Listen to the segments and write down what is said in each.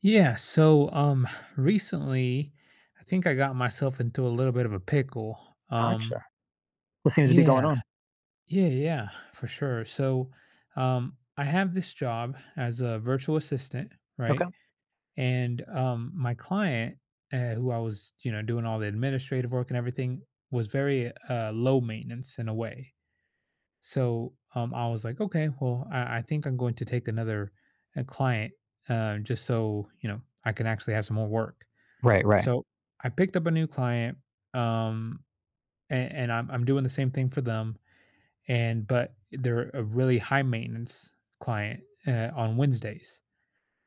Yeah, so recently I think I got myself into a little bit of a pickle. Um Gotcha. What seems to be going yeah, on? yeah, yeah, for sure. So I have this job as a virtual assistant, right? Okay. And my client, who I was, you know, doing all the administrative work and everything, was very low maintenance in a way. So I was like, okay, well, I think I'm going to take another client, just so, you know, I can actually have some more work. Right, right, So I picked up a new client, um, and I'm doing the same thing for them, and but they're a really high maintenance client, on Wednesdays.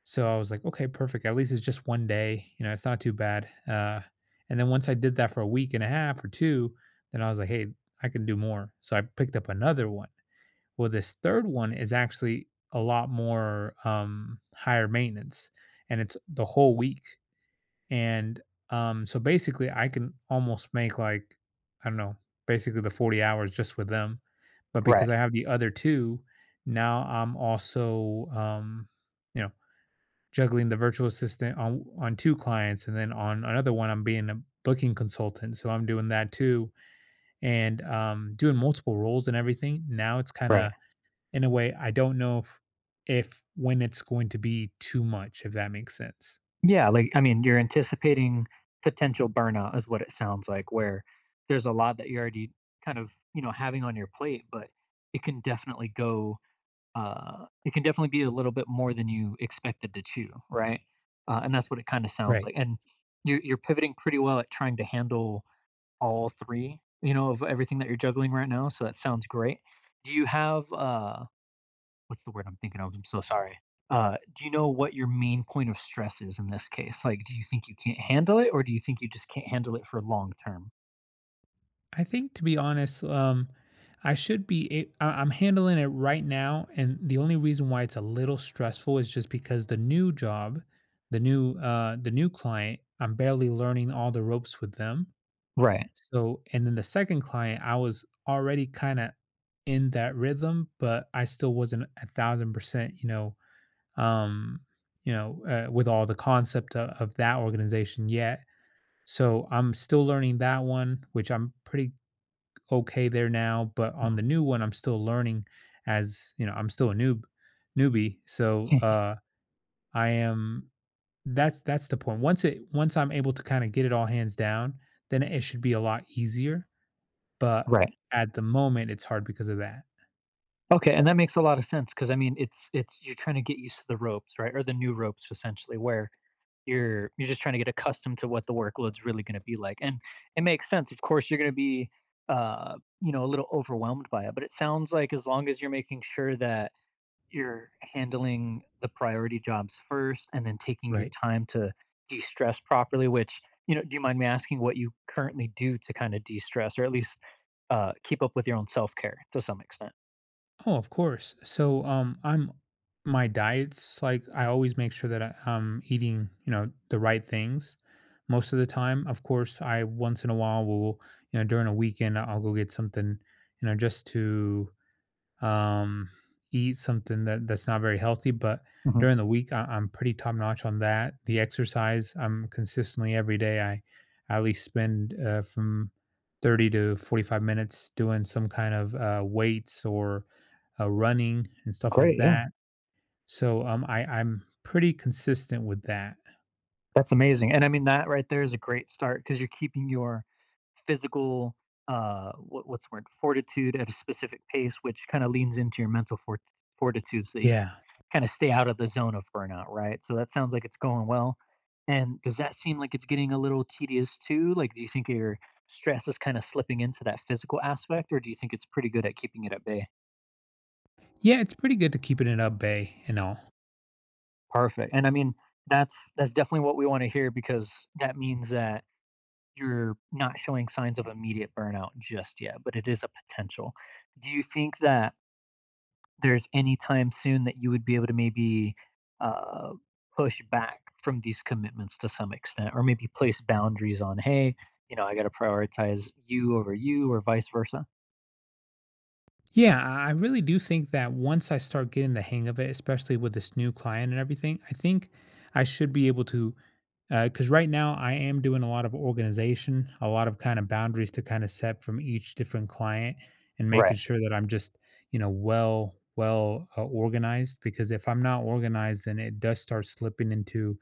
So I was like, okay, perfect. At least it's just 1 day. You know, it's not too bad. And then once I did that for a week and a half or two, then I was like, hey, I can do more. So I picked up another one. Well, this third one is actually a lot more higher maintenance, and it's the whole week. And so basically, I can almost make like, I don't know, basically the 40 hours just with them. But because right, I have the other two, now I'm also, you know, juggling the virtual assistant on two clients. And then on another one, I'm being a booking consultant. So I'm doing that too, and doing multiple roles and everything. Now it's kind of, right. in a way, I don't know if when it's going to be too much, if that makes sense. Yeah, like I mean, you're anticipating potential burnout is what it sounds like, where there's a lot that you're already kind of, you know, having on your plate, but it can definitely go it can definitely be a little bit more than you expected to chew, right? And that's what it kind of sounds Right. like. And you're pivoting pretty well at trying to handle all three, you know, of everything that you're juggling right now. So that sounds great. Do you have what's the word I'm thinking of? I'm so sorry. Do you know what your main point of stress is in this case? Like, do you think you can't handle it, or do you think you just can't handle it for long term? I think to be honest, I should be a- I- I'm handling it right now, and the only reason why it's a little stressful is just because the new job, the new client, I'm barely learning all the ropes with them. Right. So, and then the second client, I was already kind of in that rhythm, but I still wasn't 1,000%, um, you know, with all the concept of that organization yet. So I'm still learning that one, which I'm pretty okay there now. But on the Mhm. new one, I'm still learning, as you know, I'm still a noob newbie. So I am that's the point. Once I'm able to kind of get it all hands down, then it should be a lot easier. But Right. at the moment it's hard because of that. Okay, and that makes a lot of sense because I mean, it's you're trying to get used to the ropes, right, or the new ropes essentially, where you're just trying to get accustomed to what the workload's really going to be like, and it makes sense. Of course, you're going to be, uh, a little overwhelmed by it, but it sounds like as long as you're making sure that you're handling the priority jobs first and then taking your Right. time to de-stress properly, which, do you mind me asking what you currently do to kind of de-stress, or at least, keep up with your own self-care to some extent? Oh, of course. So, I'm my diets, like I always make sure that I'm eating, you know, the right things most of the time. Of course, I once in a while will, you know, during a weekend I'll go get something, you know, just to um, eat something that that's not very healthy. But Mhm. during the week, I'm pretty top notch on that. The exercise, I'm consistently every day. I at least spend from 30 to 45 minutes doing some kind of weights or running and stuff like Great. Yeah. that. So I'm pretty consistent with that. That's amazing, and I mean, that right there is a great start because 'cause you're keeping your physical, what's the word? Fortitude at a specific pace, which kinda leans into your mental fortitude, so that you can Yeah. kinda stay out of the zone of burnout, right? So that sounds like it's going well, and does that seem like it's getting a little tedious too? Like, do you think your stress is kinda slipping into that physical aspect, or do you think it's pretty good at keeping it at bay? Yeah, it's pretty good to keep it in at bay and all. Perfect, and I mean, that's definitely what we wanna hear because that means that you're not showing signs of immediate burnout just yet, but it is a potential. Do you think that there's any time soon that you would be able to maybe uh, push back from these commitments to some extent, or maybe place boundaries on, hey, you know, I got to prioritize you over you, or vice versa? Yeah, I really do think that once I start getting the hang of it, especially with this new client and everything, I think I should be able to. Because right now, I am doing a lot of organization, a lot of kind of boundaries to kind of set from each different client, and Right, making sure that I'm just, you know, well organized. Because if I'm not organized, then it does start slipping into,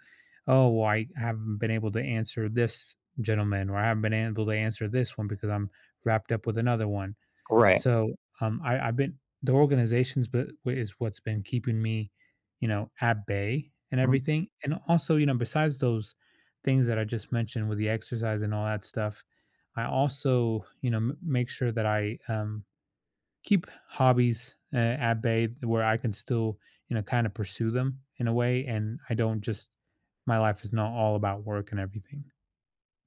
oh, well, I haven't been able to answer this gentleman, or I haven't been able to answer this one because I'm wrapped up with another one. right. So, I've been the organizations but is what's been keeping me, you know, at bay and Mm. everything, and also, you know, besides those things that I just mentioned with the exercise and all that stuff, I also, you know, m make sure that I keep hobbies, at bay where I can still, you know, kinda pursue them in a way, and I don't just my life is not all about work and everything.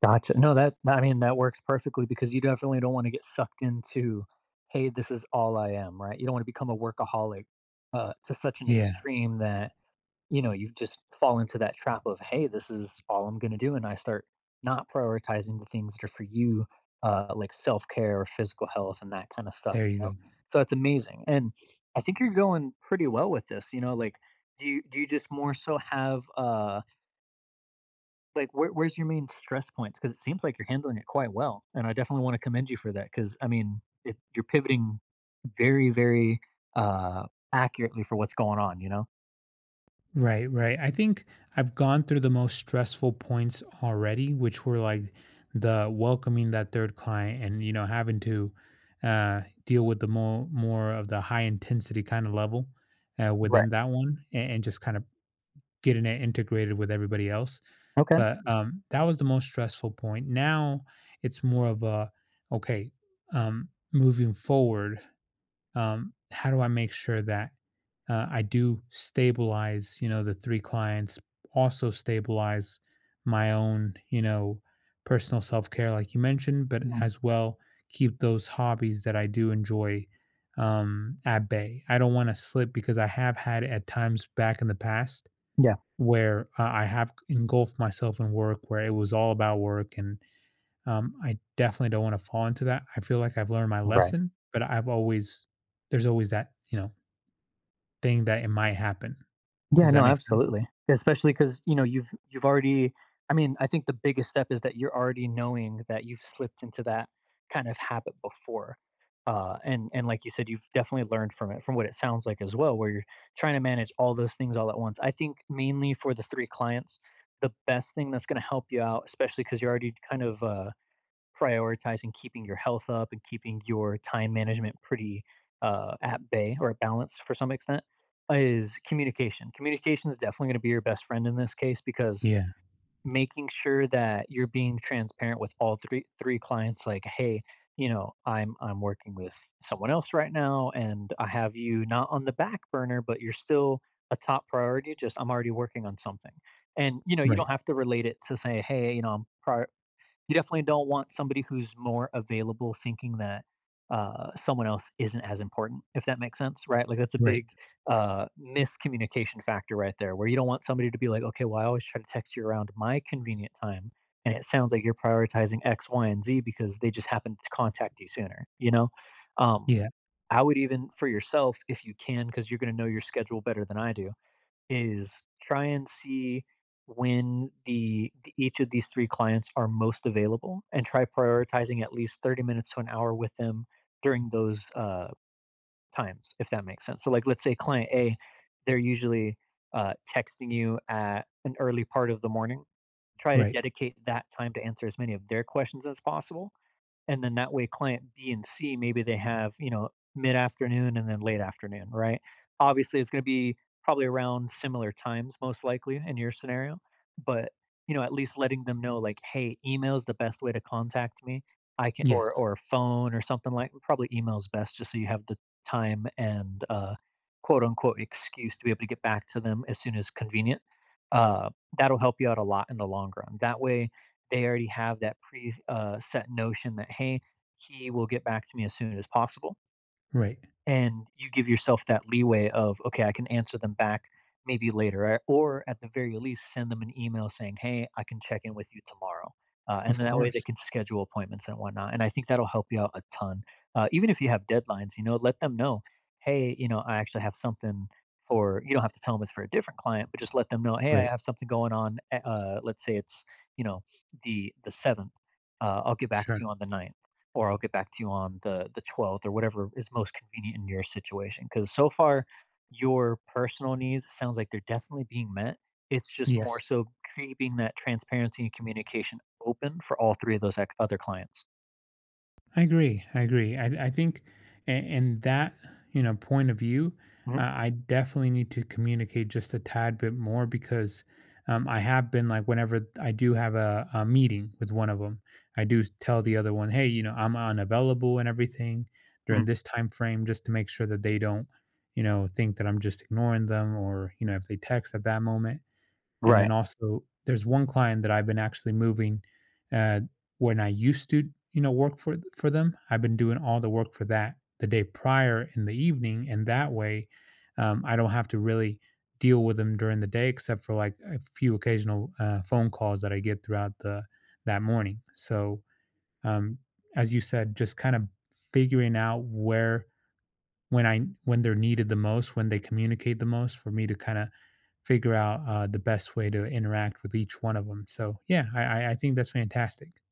Gotcha. No, that, I mean, that works perfectly because you definitely don't want to get sucked into, hey, this is all I am, right? You don't want to become a workaholic, to such an Yeah, extreme that, you just fall into that trap of, "Hey, this is all I'm gonna do," and I start not prioritizing the things that are for you, like self-care or physical health and that kinda stuff, there you you go. know? So it's amazing, and I think you're going pretty well with this, you know, like, do you just more so have, like, where's your main stress points? Because it seems like you're handling it quite well, and I definitely wanna commend you for that. Because I mean, it you're pivoting very, very, uh, accurately for what's going on, you know? Right, right. I think I've gone through the most stressful points already, which were like the welcoming that third client and you know having to deal with the more of the high intensity kind of level within Right. that one, and just kind of getting it integrated with everybody else. Okay. But that was the most stressful point. Now it's more of a, okay, moving forward, how do I make sure that, I do stabilize, you know, the three clients, also stabilize my own, you know, personal self care, like you mentioned, but Mhm. as well keep those hobbies that I do enjoy, at bay. I don't want to slip because I have had at times back in the past Yeah. where I have engulfed myself in work where it was all about work, and I definitely don't wanna fall into that. I feel like I've learned my Right. lesson, but I've always, there's always that, you know, thing that it might happen. Does Yeah, that no, make sense? absolutely. Especially because, you've already. I mean, I think the biggest step is that you're already knowing that you've slipped into that kind of habit before. And like you said, you've definitely learned from it, from what it sounds like as well, where you're trying to manage all those things all at once. I think mainly for the 3 clients, the best thing that's gonna help you out, especially because 'cause you're already kind of, prioritizing keeping your health up and keeping your time management pretty, at bay or at balance for some extent, is communication. Communication is definitely going to be your best friend in this case because Yeah, making sure that you're being transparent with all three clients, like, hey, you know, I'm working with someone else right now and I have you not on the back burner, but you're still a top priority, just I'm already working on something. And you know, you right, don't have to relate it to say, hey, you know, you definitely don't want somebody who's more available thinking that, someone else isn't as important, if that makes sense, right? Like that's a right. big, miscommunication factor right there, where you don't want somebody to be like, okay, well, I always try to text you around my convenient time. And it sounds like you're prioritizing X, Y, and Z because they just happened to contact you sooner, you know? Um, Yeah, I would, even for yourself, if you can, because you're going to know your schedule better than I do, is try and see when each of these three clients are most available, and try prioritizing at least 30 minutes to an hour with them during those, times, if that makes sense. So like, let's say client A, they're usually, texting you at an early part of the morning. Try to right. dedicate that time to answer as many of their questions as possible, and then that way client B and C, maybe they have, you know, mid-afternoon and then late afternoon, right? Obviously, it's gonna be probably around similar times, most likely in your scenario, but, you know, at least letting them know like, "Hey, email's the best way to contact me. I can," Yes, or phone or something, like probably email's best, just so you have the time and, quote, unquote, "excuse" to be able to get back to them as soon as convenient. Uh, that'll help you out a lot in the long run. That way they already have that set notion that, "Hey, he will get back to me as soon as possible." right. And you give yourself that leeway of, okay, I can answer them back maybe later, or at the very least send them an email saying, hey, I can check in with you tomorrow. uh, Of and then that way they course. can schedule appointments and whatnot, and I think that'll help you out a ton. Even if you have deadlines, you know, let them know, hey, you know, I actually have something for you, don't have to tell them it's for a different client, but just let them know, hey, I Right. have something going on. Let's say it's, you know, the seventh. I'll get back to Sure. you on the ninth, or I'll get back to you on the 12th, or whatever is most convenient in your situation. Because so far, your personal needs, it sounds like, they're definitely being met. It's just more Yes. so keeping that transparency and communication open for all three of those other clients. I agree. I agree. I think in that, you know, point of view, Hmm. I definitely need to communicate just a tad bit more because I have been like whenever I do have a meeting with one of them, I do tell the other one, hey, you know, I'm unavailable and everything during Hmm. this time frame, just to make sure that they don't, you know, think that I'm just ignoring them, or you know if they text at that moment. And then Right. also, there's one client that I've been actually moving, uh, when I used to, you know, work for them, I've been doing all the work for that the day prior in the evening, and that way, I don't have to really deal with them during the day, except for like a few occasional phone calls that I get throughout the that morning. So, um, as you said, just kind of figuring out where when I when they're needed the most, when they communicate the most, for me to kind of figure out the best way to interact with each one of them. So yeah, I think that's fantastic.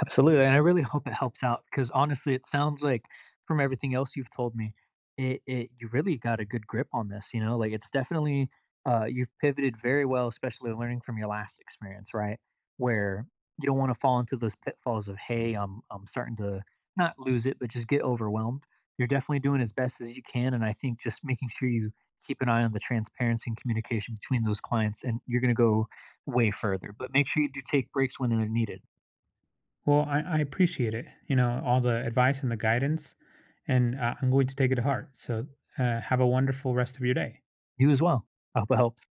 Absolutely, and I really hope it helps out because, honestly, it sounds like, from everything else you've told me, it you really got a good grip on this. You know, like, it's definitely, you've pivoted very well, especially learning from your last experience, right? Where you don't want to fall into those pitfalls of, hey, I'm starting to not lose it, but just get overwhelmed. You're definitely doing as best as you can, and I think just making sure you keep an eye on the transparency and communication between those clients, and you're going to go way further. But make sure you do take breaks when they're needed. Well, I appreciate it. You know, all the advice and the guidance, and I'm going to take it to heart. So have a wonderful rest of your day. You as well. I hope it helps.